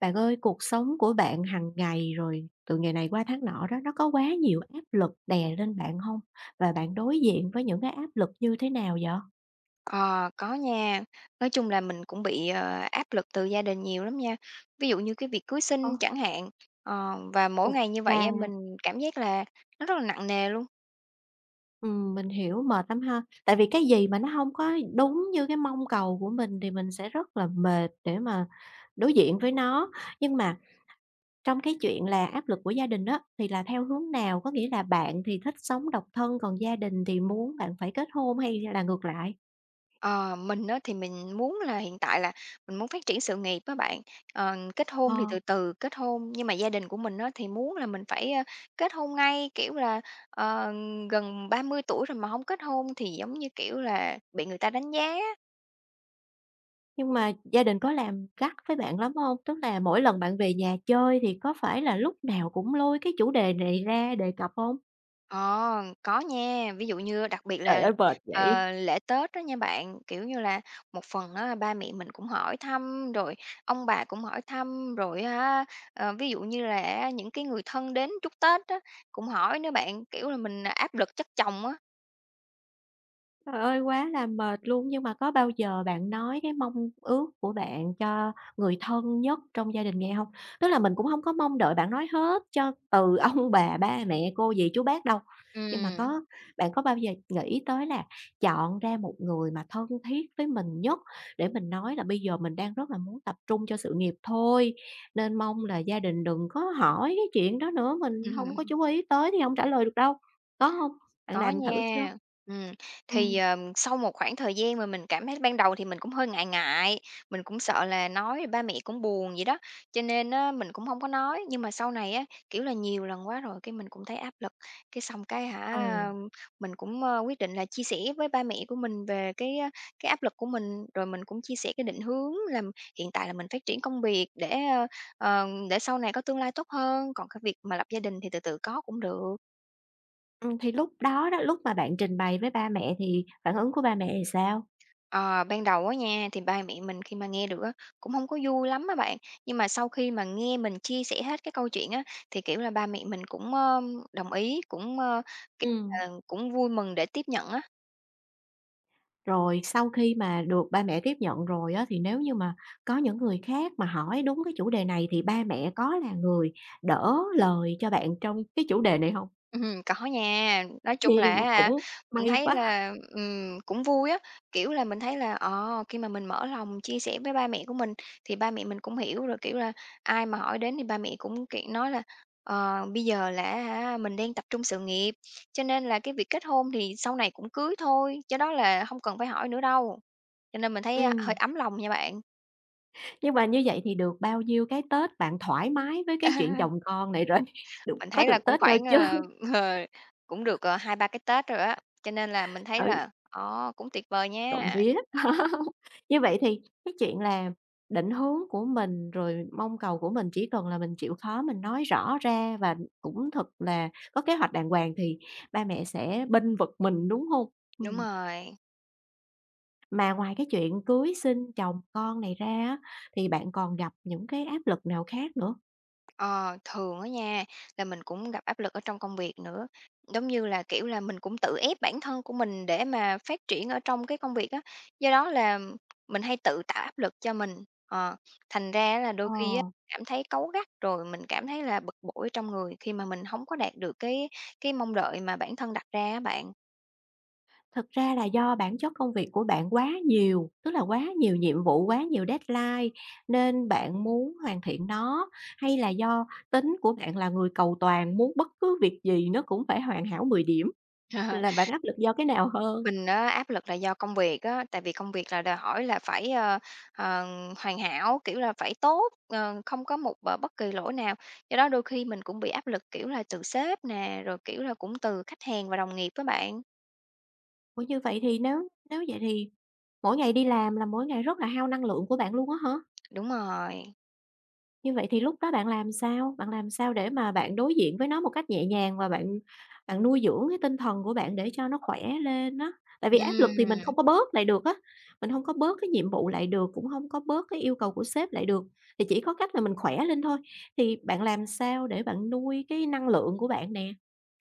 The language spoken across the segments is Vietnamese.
Bạn ơi, cuộc sống của bạn hàng ngày rồi từ ngày này qua tháng nọ đó, nó có quá nhiều áp lực đè lên bạn không? Và bạn đối diện với những cái áp lực như thế nào vậy? Ờ, có nha. Nói chung là mình cũng bị áp lực từ gia đình nhiều lắm nha. Ví dụ như cái việc cưới Ờ. xin chẳng hạn, và mỗi Ủa, ngày như là vậy á, mình cảm giác là nó rất là nặng nề luôn. Mình hiểu, mệt lắm ha. Tại vì cái gì mà nó không có đúng như cái mong cầu của mình thì mình sẽ rất là mệt để mà đối diện với nó. Nhưng mà trong cái chuyện là áp lực của gia đình á, thì là theo hướng nào? Có nghĩa là bạn thì thích sống độc thân, còn gia đình thì muốn bạn phải kết hôn hay là ngược lại? Ờ, mình á, thì mình muốn là hiện tại là mình muốn phát triển sự nghiệp các bạn, kết hôn thì Ờ. từ từ kết hôn, nhưng mà gia đình của mình á, thì muốn là mình phải kết hôn ngay, kiểu là, ờ, gần 30 tuổi rồi mà không kết hôn thì giống như, kiểu là, bị người ta đánh giá. Nhưng mà gia đình có làm gắt với bạn lắm hông? Tức là mỗi lần bạn về nhà chơi thì có phải là lúc nào cũng lôi cái chủ đề này ra đề cập hông? Ờ, có nha, ví dụ như đặc biệt Trời là, ơi, mệt vậy! Lễ Tết đó nha bạn, kiểu như là, một phần á ba mẹ mình cũng hỏi thăm, rồi ông bà cũng hỏi thăm, rồi á, ví dụ như là những cái người thân đến chúc Tết á, cũng hỏi nữa bạn, kiểu là, mình áp lực chất chồng á. Trời ơi, quá là mệt luôn! Nhưng mà có bao giờ bạn nói cái mong ước của bạn cho người thân nhất trong gia đình nghe hông? Tức là mình cũng hông có mong đợi bạn nói hết cho từ ông bà, ba mẹ, cô dì, chú bác đâu, nhưng mà Ừm. Bạn có bao giờ nghĩ tới là chọn ra một người mà thân thiết với mình nhất để mình nói là "Bây giờ mình đang rất là muốn tập trung cho sự nghiệp thôi, nên mong là gia đình đừng có hỏi cái chuyện đó nữa, mình hông có chú ý tới thì hông trả lời được đâu." Có hông? Bạn Có làm thử chưa? nha. Ừm, thì, Ừm. Sau một khoảng thời gian mà mình cảm thấy ban đầu thì mình cũng hơi ngại ngại, mình cũng sợ là nói rồi ba mẹ cũng buồn vậy đó, cho nên á mình cũng không có nói. Nhưng mà sau này á, kiểu là, nhiều lần quá rồi cái mình cũng thấy áp lực, cái xong cái hả, Ừ, mình cũng quyết định là chia sẻ với ba mẹ của mình về cái cái áp lực của mình, rồi mình cũng chia sẻ cái định hướng là hiện tại là mình phát triển công việc để để sau này có tương lai tốt hơn, còn cái việc mà lập gia đình thì từ từ có cũng được. Thì lúc đó đó, lúc mà bạn trình bày với ba mẹ thì phản ứng của ba mẹ thì sao? Ờ, Ban đầu á nha, thì ba mẹ mình khi mà nghe được á, cũng không có vui lắm á bạn. Nhưng mà sau khi mà nghe mình chia sẻ hết cái câu chuyện á, thì, kiểu là, ba mẹ mình cũng đồng ý, cũng kiểu Ừ. là, cũng vui mừng để tiếp nhận á. Rồi sau khi mà được ba mẹ tiếp nhận rồi á, thì nếu như mà có những người khác mà hỏi đúng cái chủ đề này thì ba mẹ có là người đỡ lời cho bạn trong cái chủ đề này không? Có nha. Nói chung Thì là mà á hả, cũng mình may thấy quá. là cũng vui á, kiểu là, mình thấy là khi mà mình mở lòng chia sẻ với ba mẹ của mình thì ba mẹ mình cũng hiểu, rồi, kiểu là, ai mà hỏi đến thì ba mẹ cũng, kiểu, nói là Bây giờ là hả mình đang tập trung sự nghiệp, cho nên là cái việc kết hôn thì sau này cũng cưới thôi, do đó là không cần phải hỏi nữa đâu." Cho nên mình Ừ. thấy hơi ấm lòng nha bạn. Nhưng mà như vậy thì được bao nhiêu cái Tết bạn thoải mái với cái chuyện chồng con này rồi? Được Mình có thấy là được cũng Tết đâu khoảngchưa? Ờ, cũng được 2-3 cái Tết rồi á, cho nên là mình thấy Ừ. là cũng tuyệt vời Trộm nha. vía. Như vậy thì cái chuyện là định hướng của mình, rồi mong cầu của mình chỉ cần là mình chịu khó mình nói rõ ra và cũng thật là có kế hoạch đàng hoàng thì ba mẹ sẽ bênh vực mình, đúng không? Đúng Ừm, rồi, mà ngoài cái chuyện cưới, xin, chồng, con này ra á, thì bạn còn gặp những cái áp lực nào khác nữa? ờ, thường á nha, là mình cũng gặp áp lực ở trong công việc nữa, giống như là, kiểu là, mình cũng tự ép bản thân của mình để mà phát triển ở trong cái công việc á, do đó là mình hay tự tạo áp lực cho mình, ờ, thành ra là đôi Ờ. khi á cảm thấy cáu gắt, rồi mình cảm thấy là bực bội ở trong người khi mà mình không có đạt được cái mong đợi mà bản thân đặt ra á bạn. Thực ra là do bản chất công việc của bạn quá nhiều, tức là quá nhiều nhiệm vụ, quá nhiều deadline nên bạn muốn hoàn thiện nó, hay là do tính của bạn là người cầu toàn, muốn bất cứ việc gì nó cũng phải hoàn hảo 10 điểm, là bạn áp lực do cái nào hơn? Mình á, áp lực là do công việc á, tại vì công việc là đòi hỏi là phảiờ, hoàn hảo, kiểu là, phải tốt không có một bất kỳ lỗi nào. Do đó đôi khi mình cũng bị áp lực, kiểu là, từ sếp nè, rồi, kiểu là, cũng từ khách hàng và đồng nghiệp á bạn. Ủa, như vậy thì nếu nếu vậy thì mỗi ngày đi làm là mỗi ngày rất là hao năng lượng của bạn luôn á hả? Đúng rồi. Như vậy thì lúc đó bạn làm sao? Bạn làm sao để mà bạn đối diện với nó một cách nhẹ nhàng và bạn bạn nuôi dưỡng cái tinh thần của bạn để cho nó khỏe lên á? Tại vì áp lực thì mình không Ừm. có bớt lại được á, mình không có bớt cái nhiệm vụ lại được, cũng không có bớt cái yêu cầu của sếp lại được, thì chỉ có cách là mình khỏe lên thôi. Thì bạn làm sao để bạn nuôi cái năng lượng của bạn nè?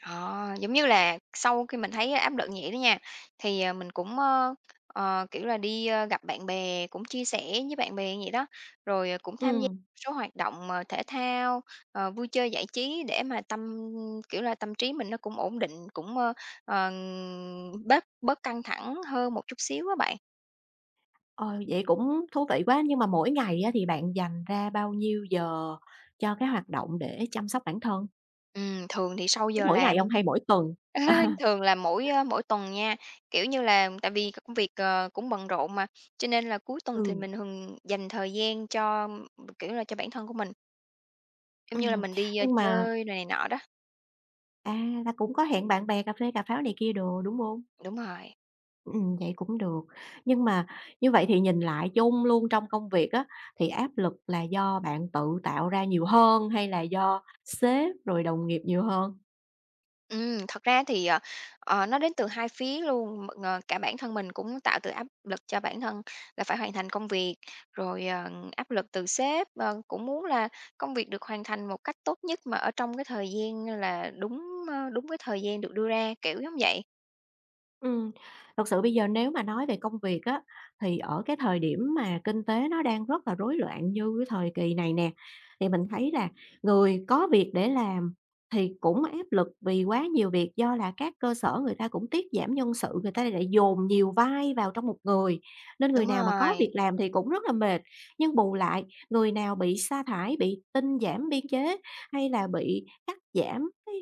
Ờ, Giống như là sau khi mình thấy áp lực nhẹ đó nha, thì mình cũng kiểu là, đi gặp bạn bè, cũng chia sẻ với bạn bè vậy đó, rồi cũng tham gia Ừ một số hoạt động thể thao vui chơi giải trí để mà kiểu là, tâm trí mình nó cũng ổn định, cũngờ, bớt bớt căng thẳng hơn một chút xíu á bạn. ờ, vậy cũng thú vị quá, nhưng mà mỗi ngày á thì bạn dành ra bao nhiêu giờ cho cái hoạt động để chăm sóc bản thân? Thường thì sau Có giờ mỗi ngày làm hông hay mỗi tuần? Thường là mỗi mỗi tuần nha, kiểu như là, tại vì công việc cũng bận rộn mà, cho nên là cuối tuần thì Ừ. mình thường dành thời gian cho, kiểu là, cho bản thân của mình, giống như là Ừm, mình đi nhưng mà, chơi đồ này nọ đó. à, là cũng có hẹn bạn bè cà phê cà pháo này kia đồ, đúng hông? Đúng rồi. Vậy cũng được. Nhưng mà như vậy thì nhìn lại chung luôn trong công việc á, thì áp lực là do bạn tự tạo ra nhiều hơn hay là do sếp rồi đồng nghiệp nhiều hơn? Ừ thật ra thì nó đến từ hai phía luôn cả bản thân mình cũng tạo từ áp lực cho bản thân là phải hoàn thành công việc, rồi áp lực từ sếp cũng muốn là công việc được hoàn thành một cách tốt nhất mà ở trong cái thời gian là đúng đúng cái thời gian được đưa ra, kiểu giống vậy. Ừm, thật sự bây giờ nếu mà nói về công việc á, thì ở cái thời điểm mà kinh tế nó đang rất là rối loạn như cái thời kỳ này nè, thì mình thấy là người có việc để làm thì cũng áp lực vì quá nhiều việc, do là các cơ sở người ta cũng tiết giảm nhân sự, người ta lại dồn nhiều vai vào trong một người, nên người Đúng nào mà có rồi. việc làm thì cũng rất là mệt. Nhưng bù lại, người nào bị sa thải, bị tinh giảm biên chế hay là bị cắt giảm cái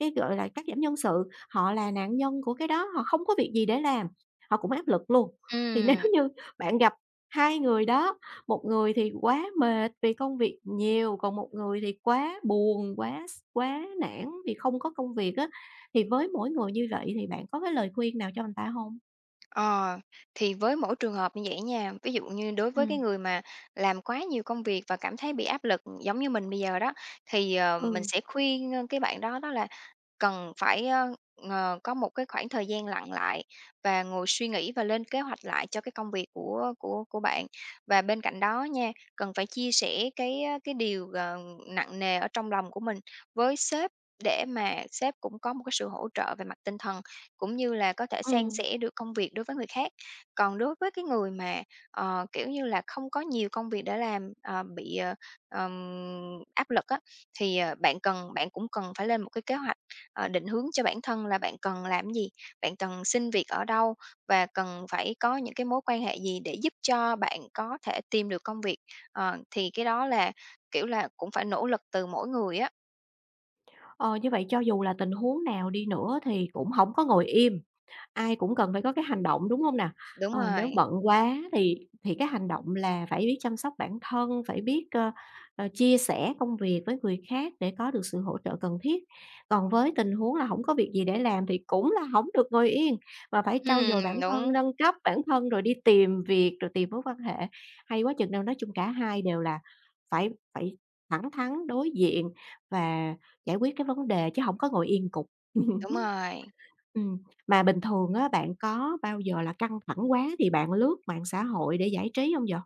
gọi là, cắt giảm nhân sự. Họ là nạn nhân của cái đó, họ không có việc gì để làm, họ cũng áp lực luôn. Thì nếu Ừm. như bạn gặp hai người đó, một người thì quá mệt vì công việc nhiều, còn một người thì quá buồn, quá quá nản vì không có công việc á, thì với mỗi người như vậy thì bạn có cái lời khuyên nào cho người ta không? Ờ, thì với mỗi trường hợp như vậy nha, ví dụ như đối Ừ. với cái người mà làm quá nhiều công việc và cảm thấy bị áp lực giống như mình bây giờ đó, thì mình Ừ. sẽ khuyên cái bạn đó đó là cần phải có một cái khoảng thời gian lặng lại và ngồi suy nghĩ và lên kế hoạch lại cho cái công việc của bạn. Và bên cạnh đó nha, cần phải chia sẻ cái điều nặng nề ở trong lòng của mình với sếp để mà sếp cũng có một cái sự hỗ trợ về mặt tinh thần, cũng như là có thể san Ừm. sẻ được công việc đối với người khác. Còn đối với cái người mà kiểu như là, không có nhiều công việc để làm bị áp lực á, thì bạn cũng cần phải lên một cái kế hoạch định hướng cho bản thân là bạn cần làm gì, bạn cần xin việc ở đâu và cần phải có những cái mối quan hệ gì để giúp cho bạn có thể tìm được công việc. Thì cái đó là, kiểu là, cũng phải nỗ lực từ mỗi người á. Ờ, như vậy cho dù là tình huống nào đi nữa thì cũng không có ngồi im. Ai cũng cần phải có cái hành động, đúng không nè? Đúng Nếu rồi. bận quá thì cái hành động là phải biết chăm sóc bản thân, phải biết, chia sẻ công việc với người khác để có được sự hỗ trợ cần thiết. Còn với tình huống là không có việc gì để làm thì cũng là không được ngồi yên, và phải trau dồi bản thân, Đúng, nâng cấp bản thân rồi đi tìm việc, rồi tìm mối quan hệ. Hay quá chừng đâu, nói chung cả hai đều là phải phải thẳng thắn đối diện và giải quyết cái vấn đề chứ không có ngồi yên cục. đúng rồi. Ừm, mà bình thường á, bạn có bao giờ là căng thẳng quá thì bạn lướt mạng xã hội để giải trí không vậy?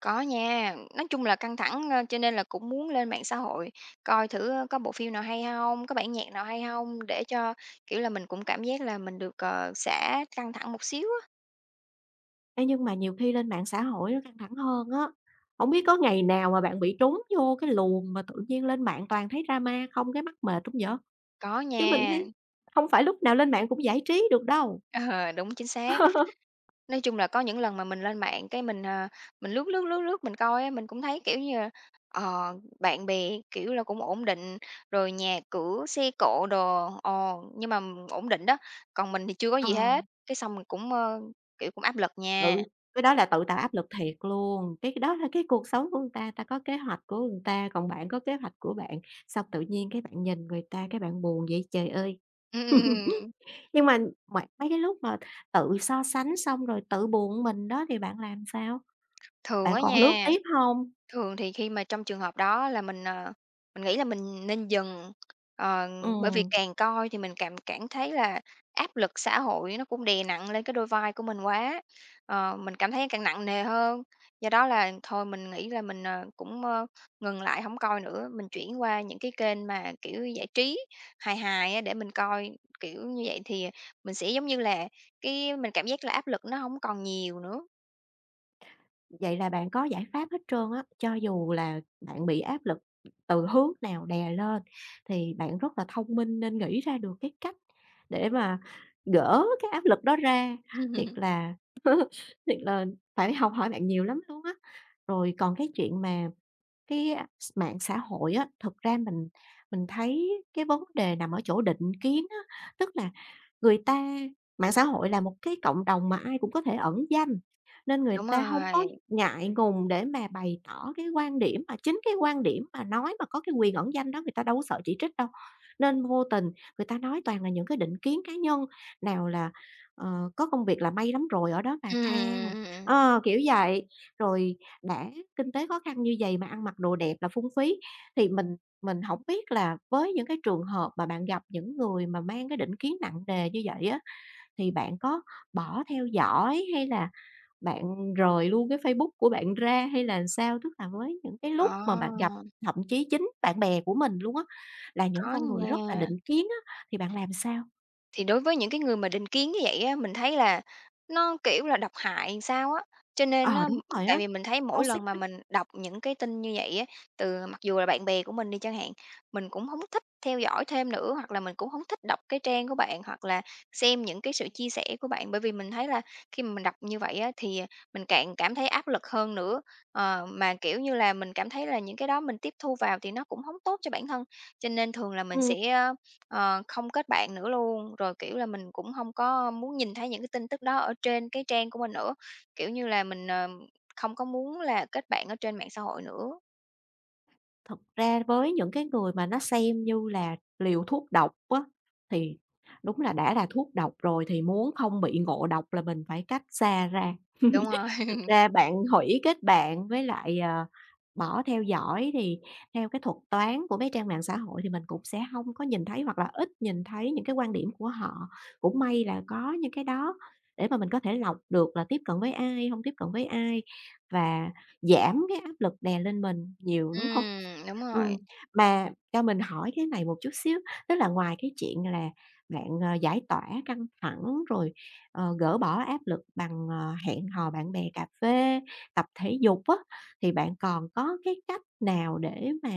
Có nha, nói chung là căng thẳng cho nên là cũng muốn lên mạng xã hội coi thử có bộ phim nào hay không, có bản nhạc nào hay không để cho, kiểu là, mình cũng cảm giác là mình được xả căng thẳng một xíu á. Ê, nhưng mà nhiều khi lên mạng xã hội nó căng thẳng hơn á, không biết có ngày nào mà bạn bị trúng vô cái luồng mà tự nhiên lên mạng toàn thấy drama không cái mắc mệt hông vậy? Có Chứ mình nha, thấy không phải lúc nào lên mạng cũng giải trí được đâu. ờ, đúng, chính xác. Nói chung là có những lần mà mình lên mạng cái mình lướt, lướt, lướt, lướt mình coi á, mình cũng thấy, kiểu như là, ờ, bạn bè, kiểu là, cũng ổn định, rồi nhà cửa, xe cộ đồ nhưng mà ổn định đó, còn mình thì chưa có Ờ, gì hết, cái xong mình cũng kiểu, cũng áp lực nha. ừ, cái đó là tự tạo áp lực thiệt luôn, cái đó là cái cuộc sống của người ta, ta có kế hoạch của người ta, còn bạn có kế hoạch của bạn, xong tự nhiên cái bạn nhìn người ta cái bạn buồn vậy trời ơi. Ừm, ừm, ừm, Nhưng mà mấy mấy cái lúc mà tự so sánh xong rồi tự buồn mình đó thì bạn làm sao? thường Bạn á còn lướt nha. tiếp hông? Thường thì khi mà trong trường hợp đó là mình nghĩ là mình nên dừng, ờ, bởi vì Ừm, càng coi thì mình cảm cảm thấy là áp lực xã hội nó cũng đè nặng lên cái đôi vai của mình quá mình cảm thấy càng nặng nề hơn. Do đó là thôi mình nghĩ là mình cũng ngừng lại không coi nữa, mình chuyển qua những cái kênh mà, kiểu, giải trí, hài hài á để mình coi. Kiểu như vậy thì mình sẽ giống như là cái mình cảm giác là áp lực nó không còn nhiều nữa. vậy là bạn có giải pháp hết trơn á, cho dù là bạn bị áp lực từ hướng nào đè lên thì bạn rất là thông minh nên nghĩ ra được cái cách để mà gỡ cái áp lực đó ra. Thiệt là thiệt là phải học hỏi bạn nhiều lắm luôn á. Rồi còn cái chuyện mà Cái mạng xã hội á, thực ra mình thấy cái vấn đề nằm ở chỗ định kiến á, tức là người ta mạng xã hội là một cái cộng đồng mà ai cũng có thể ẩn danh, nên người Đúng ta không có rồi, ngại ngùng để mà bày tỏ cái quan điểm, mà chính cái quan điểm mà nói mà có cái quyền ẩn danh đó người ta đâu có sợ chỉ trích đâu. Nên vô tình người ta nói toàn là những cái định kiến cá nhân, nào là, có công việc là may lắm rồi, ở đó mà than, ừm. Kiểu vậy. Rồi đã kinh tế khó khăn như vậy mà ăn mặc đồ đẹp là phung phí. Thì mình hổng biết là với những cái trường hợp mà bạn gặp những người mà mang cái định kiến nặng nề như vậy á, thì bạn có bỏ theo dõi hay là bạn rời luôn cái Facebook của bạn ra hay là sao? Tức là với những cái lúc mà bạn gặp, Ờ, thậm chí chính bạn bè của mình luôn á, là những có con người rất là nha. định kiến á, thì bạn làm sao? Thì đối với những cái người mà định kiến như vậy á, mình thấy là nó, kiểu là, độc hại sao á. Cho nên Ờ, á đúng rồi tại á, vì mình thấy mỗi toxic lần mà á. mình đọc những cái tin như vậy á, từ mặc dù là bạn bè của mình đi chẳng hạn, mình cũng không thích theo dõi thêm nữa, hoặc là mình cũng không thích đọc cái trang của bạn, hoặc là xem những cái sự chia sẻ của bạn. Bởi vì mình thấy là khi mà mình đọc như vậy á, thì mình càng cảm thấy áp lực hơn nữa. Mà, kiểu như là, mình cảm thấy là những cái đó mình tiếp thu vào thì nó cũng không tốt cho bản thân. Cho nên thường là mình Ừm. sẽ không kết bạn nữa luôn, rồi, kiểu là, mình cũng không có muốn nhìn thấy những cái tin tức đó ở trên cái trang của mình nữa, kiểu như là, mình không có muốn là kết bạn ở trên mạng xã hội nữa. Thật ra với những cái người mà nó xem như là liều thuốc độc á, thì đúng là đã là thuốc độc rồi thì muốn không bị ngộ độc là mình phải cách xa ra. Đúng rồi, Thực ra bạn hủy kết bạn với lại, bỏ theo dõi thì theo cái thuật toán của mấy trang mạng xã hội thì mình cũng sẽ không có nhìn thấy hoặc là ít nhìn thấy những cái quan điểm của họ. Cũng may là có những cái đó để mà mình có thể lọc được là tiếp cận với ai, không tiếp cận với ai và giảm cái áp lực đè lên mình nhiều, đúng không? Đúng Ừm, rồi, mà cho mình hỏi cái này một chút xíu, tức là ngoài cái chuyện là bạn, giải tỏa căng thẳng rồi gỡ bỏ áp lực bằng, hẹn hò bạn bè cà phê, tập thể dục á, thì bạn còn có cái cách nào để mà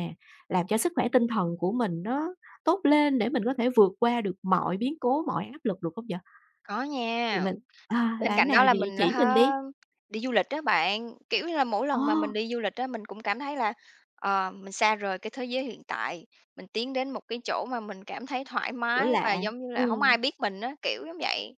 làm cho sức khỏe tinh thần của mình nó tốt lên để mình có thể vượt qua được mọi biến cố, mọi áp lực được không vậy? có Thì nha. mình Bên là cạnh đó nào là vậy? mình là Chỉ mình đi. ha đi du lịch đó bạn, kiểu như là, mỗi Ồ, lần mà mình đi du lịch đó mình cũng cảm thấy là mình xa rời cái thế giới hiện tại, mình tiến đến một cái chỗ mà mình cảm thấy thoải chỗ mái và lạ. giống như là không Ừm, ai biết mình á, kiểu giống vậy.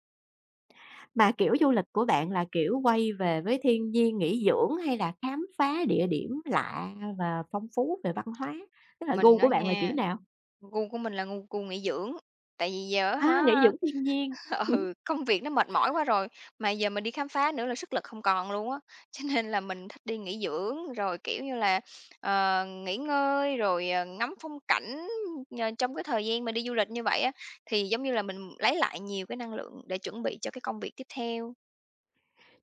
mà kiểu du lịch của bạn là kiểu quay về với thiên nhiên nghỉ dưỡng hay là khám phá địa điểm lạ và phong phú về văn hóa? Tức là gu Mình đó của bạn là kiểu nha. nào? Gu của mình là gu nghỉ dưỡng, tại vì giờ á À, nghỉ hả dưỡng thiên nhiên. ừ, công việc nó mệt mỏi quá rồi, mà giờ mình đi khám phá nữa là sức lực không còn luôn á. Cho nên là mình thích đi nghỉ dưỡng, rồi, kiểu như là nghỉ ngơi, rồi ngắm phong cảnh trong cái thời gian mà đi du lịch như vậy á, thì giống như là mình lấy lại nhiều cái năng lượng để chuẩn bị cho cái công việc tiếp theo.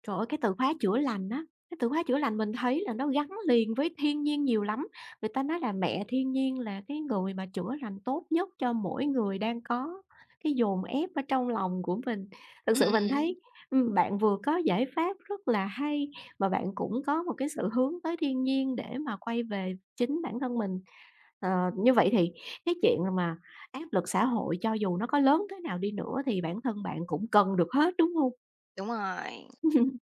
Trời ơi, cái từ khóa chữa lành á, cái từ khóa chữa lành mình thấy là nó gắn liền với thiên nhiên nhiều lắm. Người ta nói là mẹ thiên nhiên là cái người mà chữa lành tốt nhất cho mỗi người đang có cái dồn ép ở trong lòng của mình. Thực sự mình ừm. thấy, bạn vừa có giải pháp rất là hay, mà bạn cũng có một cái sự hướng tới thiên nhiên để mà quay về chính bản thân mình. Ờ, như vậy thì cái chuyện mà áp lực xã hội cho dù nó có lớn thế nào đi nữa thì bản thân bạn cũng cần được hết, đúng không? Đúng rồi,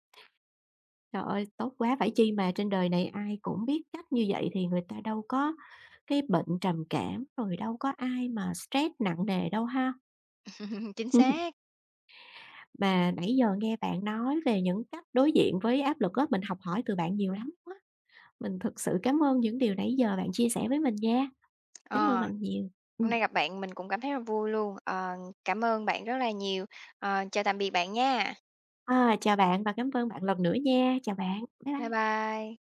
Trời ơi, tốt quá! Phải chi mà trên đời này ai cũng biết cách như vậy thì người ta đâu có cái bệnh trầm cảm, rồi đâu có ai mà stress nặng nề đâu ha. chính xác. Mà nãy giờ nghe bạn nói về những cách đối diện với áp lực á, mình học hỏi từ bạn nhiều lắm á. Mình thực sự cảm ơn những điều nãy giờ bạn chia sẻ với mình nha. Cảm ơn Ờ, bạn nhiều. Hôm Ừm. nay gặp bạn mình cũng cảm thấy rất là vui luôn. Ờ, Cảm ơn bạn rất là nhiều. Chào tạm biệt bạn nha. À, chào bạn và cảm ơn bạn lần nữa nha. Chào bạn. Bye Bye bye. bye.